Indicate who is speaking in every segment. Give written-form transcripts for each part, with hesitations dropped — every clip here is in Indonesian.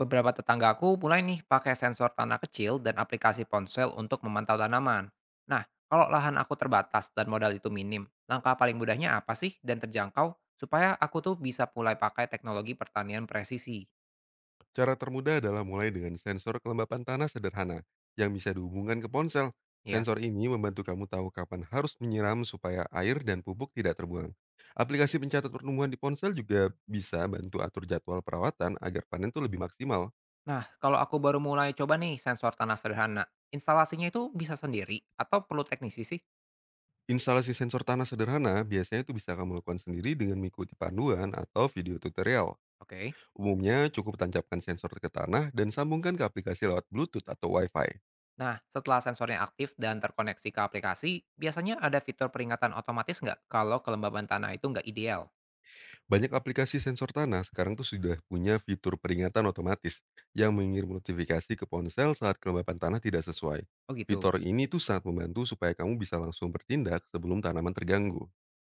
Speaker 1: Beberapa tetanggaku mulai nih pakai sensor tanah kecil dan aplikasi ponsel untuk memantau tanaman. Nah, kalau lahan aku terbatas dan modal itu minim, langkah paling mudahnya apa sih dan terjangkau supaya aku tuh bisa mulai pakai teknologi pertanian presisi?
Speaker 2: Cara termudah adalah mulai dengan sensor kelembapan tanah sederhana yang bisa dihubungkan ke ponsel.
Speaker 1: Ya.
Speaker 2: Sensor ini membantu kamu tahu kapan harus menyiram supaya air dan pupuk tidak terbuang. Aplikasi pencatat pertumbuhan di ponsel juga bisa bantu atur jadwal perawatan agar panen itu lebih maksimal.
Speaker 1: Nah, kalau aku baru mulai coba nih sensor tanah sederhana, instalasinya itu bisa sendiri atau perlu teknisi sih?
Speaker 2: Instalasi sensor tanah sederhana biasanya itu bisa kamu lakukan sendiri dengan mengikuti panduan atau video tutorial.
Speaker 1: Oke.
Speaker 2: Umumnya cukup tancapkan sensor ke tanah dan sambungkan ke aplikasi lewat Bluetooth atau Wi-Fi.
Speaker 1: Nah, setelah sensornya aktif dan terkoneksi ke aplikasi, biasanya ada fitur peringatan otomatis nggak kalau kelembaban tanah itu nggak ideal?
Speaker 2: Banyak aplikasi sensor tanah sekarang tuh sudah punya fitur peringatan otomatis yang mengirim notifikasi ke ponsel saat kelembapan tanah tidak sesuai.
Speaker 1: Oh gitu.
Speaker 2: Fitur ini tuh sangat membantu supaya kamu bisa langsung bertindak sebelum tanaman terganggu.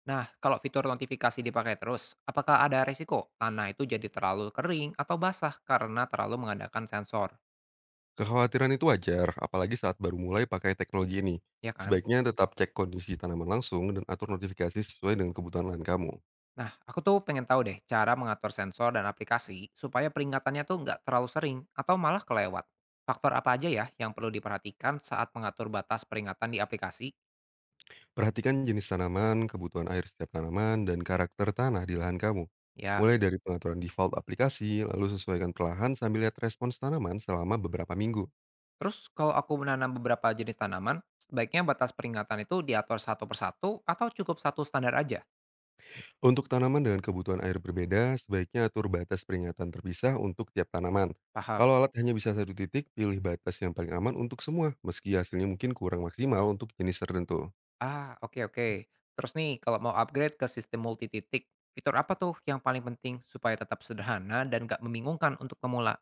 Speaker 1: Nah, kalau fitur notifikasi dipakai terus, apakah ada resiko tanah itu jadi terlalu kering atau basah karena terlalu mengandalkan sensor,
Speaker 2: Kekhawatiran itu wajar, apalagi saat baru mulai pakai teknologi ini.
Speaker 1: ya kan?
Speaker 2: Sebaiknya tetap cek kondisi tanaman langsung dan atur notifikasi sesuai dengan kebutuhan lahan kamu.
Speaker 1: Nah, aku tuh pengen tahu deh cara mengatur sensor dan aplikasi supaya peringatannya tuh nggak terlalu sering atau malah kelewat. Faktor apa aja ya yang perlu diperhatikan saat mengatur batas peringatan di aplikasi?
Speaker 2: Perhatikan jenis tanaman, kebutuhan air setiap tanaman, dan karakter tanah di lahan kamu.
Speaker 1: Ya,
Speaker 2: Mulai dari pengaturan default aplikasi, lalu sesuaikan perlahan sambil lihat respons tanaman selama beberapa minggu.
Speaker 1: terus kalau aku menanam beberapa jenis tanaman, sebaiknya batas peringatan itu diatur satu persatu atau cukup satu standar aja?
Speaker 2: Untuk tanaman dengan kebutuhan air berbeda, sebaiknya atur batas peringatan terpisah untuk tiap tanaman.
Speaker 1: Paham?
Speaker 2: Kalau alat hanya bisa satu titik, pilih batas yang paling aman untuk semua, meski hasilnya mungkin kurang maksimal untuk jenis tertentu.
Speaker 1: Ah, oke oke. Terus nih, kalau mau upgrade ke sistem multi titik, fitur apa tuh yang paling penting supaya tetap sederhana dan nggak membingungkan untuk pemula?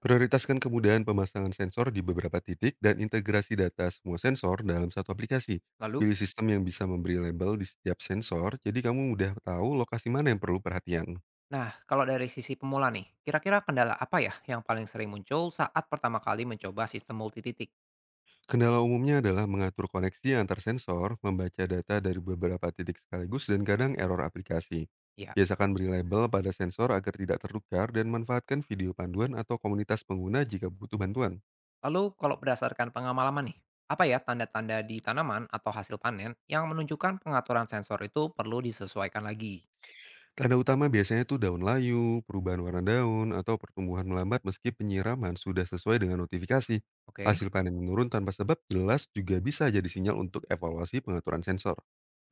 Speaker 2: Prioritaskan kemudahan pemasangan sensor di beberapa titik dan integrasi data semua sensor dalam satu aplikasi.
Speaker 1: Lalu,
Speaker 2: Pilih sistem yang bisa memberi label di setiap sensor, jadi kamu mudah tahu lokasi mana yang perlu perhatian.
Speaker 1: nah kalau dari sisi pemula nih, kira-kira kendala apa ya yang paling sering muncul saat pertama kali mencoba sistem multi titik?
Speaker 2: Kendala umumnya adalah mengatur koneksi antar sensor, membaca data dari beberapa titik sekaligus, dan kadang error aplikasi.
Speaker 1: Ya.
Speaker 2: Biasakan beri label pada sensor agar tidak tertukar dan manfaatkan video panduan atau komunitas pengguna jika butuh bantuan.
Speaker 1: Lalu kalau berdasarkan pengalaman nih, apa ya tanda-tanda di tanaman atau hasil panen yang menunjukkan pengaturan sensor itu perlu disesuaikan lagi?
Speaker 2: Tanda utama biasanya tuh daun layu, perubahan warna daun, atau pertumbuhan melambat meski penyiraman sudah sesuai dengan notifikasi.
Speaker 1: Oke.
Speaker 2: Hasil panen menurun tanpa sebab jelas juga bisa jadi sinyal untuk evaluasi pengaturan sensor.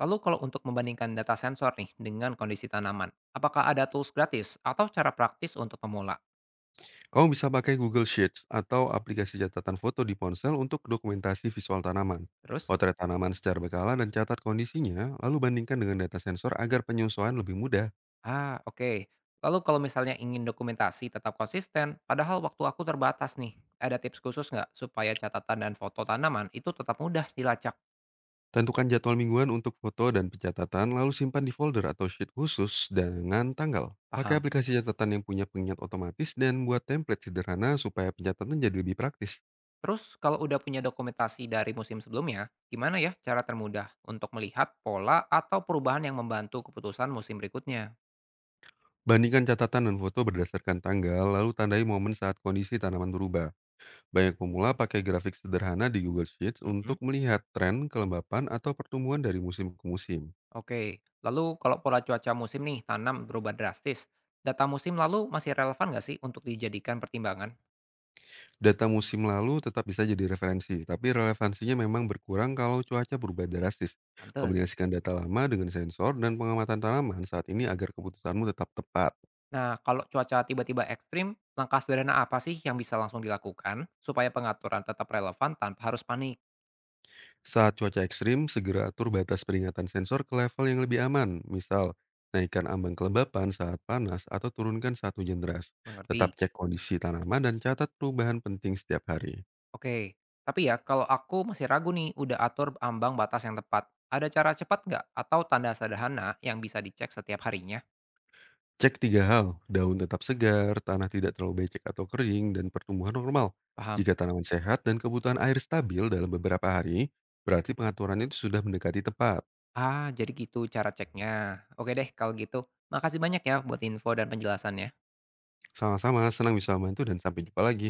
Speaker 1: Lalu kalau untuk membandingkan data sensor nih dengan kondisi tanaman, apakah ada tools gratis atau cara praktis untuk pemula?
Speaker 2: Kamu bisa pakai Google Sheets atau aplikasi catatan foto di ponsel untuk dokumentasi visual tanaman.
Speaker 1: Terus?
Speaker 2: Potret tanaman secara berkala dan catat kondisinya, lalu bandingkan dengan data sensor agar penyusuan lebih mudah.
Speaker 1: Ah, oke. Lalu kalau misalnya ingin dokumentasi tetap konsisten, padahal waktu aku terbatas nih, ada tips khusus nggak supaya catatan dan foto tanaman itu tetap mudah dilacak?
Speaker 2: Tentukan jadwal mingguan untuk foto dan pencatatan, lalu simpan di folder atau sheet khusus dengan tanggal. Pakai
Speaker 1: Paham.
Speaker 2: aplikasi catatan yang punya pengingat otomatis dan buat template sederhana supaya pencatatan jadi lebih praktis.
Speaker 1: Terus kalau udah punya dokumentasi dari musim sebelumnya, gimana ya cara termudah untuk melihat pola atau perubahan yang membantu keputusan musim berikutnya?
Speaker 2: Bandingkan catatan dan foto berdasarkan tanggal, lalu tandai momen saat kondisi tanaman berubah. Banyak pemula pakai grafik sederhana di Google Sheets
Speaker 1: Mm.
Speaker 2: untuk melihat tren kelembapan atau pertumbuhan dari musim ke musim.
Speaker 1: Oke, lalu kalau pola cuaca musim nih tanam berubah drastis, data musim lalu masih relevan nggak sih untuk dijadikan pertimbangan?
Speaker 2: Data musim lalu tetap bisa jadi referensi, tapi relevansinya memang berkurang kalau cuaca berubah drastis.
Speaker 1: Pantes.
Speaker 2: Kombinasikan data lama dengan sensor dan pengamatan tanaman saat ini agar keputusanmu tetap tepat.
Speaker 1: Nah, kalau cuaca tiba-tiba ekstrim, langkah sederhana apa sih yang bisa langsung dilakukan supaya pengaturan tetap relevan tanpa harus panik?
Speaker 2: Saat cuaca ekstrim, segera atur batas peringatan sensor ke level yang lebih aman, misal naikkan ambang kelembapan saat panas atau turunkan saat hujan deras.
Speaker 1: Mengerti?
Speaker 2: Tetap cek kondisi tanaman dan catat perubahan penting setiap hari.
Speaker 1: Oke, tapi ya kalau aku masih ragu nih udah atur ambang batas yang tepat, ada cara cepat nggak atau tanda sederhana yang bisa dicek setiap harinya?
Speaker 2: Cek 3 hal, daun tetap segar, tanah tidak terlalu becek atau kering, dan pertumbuhan normal.
Speaker 1: Paham?
Speaker 2: Jika tanaman sehat dan kebutuhan air stabil dalam beberapa hari, berarti pengaturannya itu sudah mendekati tepat.
Speaker 1: Ah, jadi gitu cara ceknya. Oke deh kalau gitu. Makasih banyak ya buat info dan penjelasannya.
Speaker 2: Sama-sama, senang bisa membantu dan sampai jumpa lagi.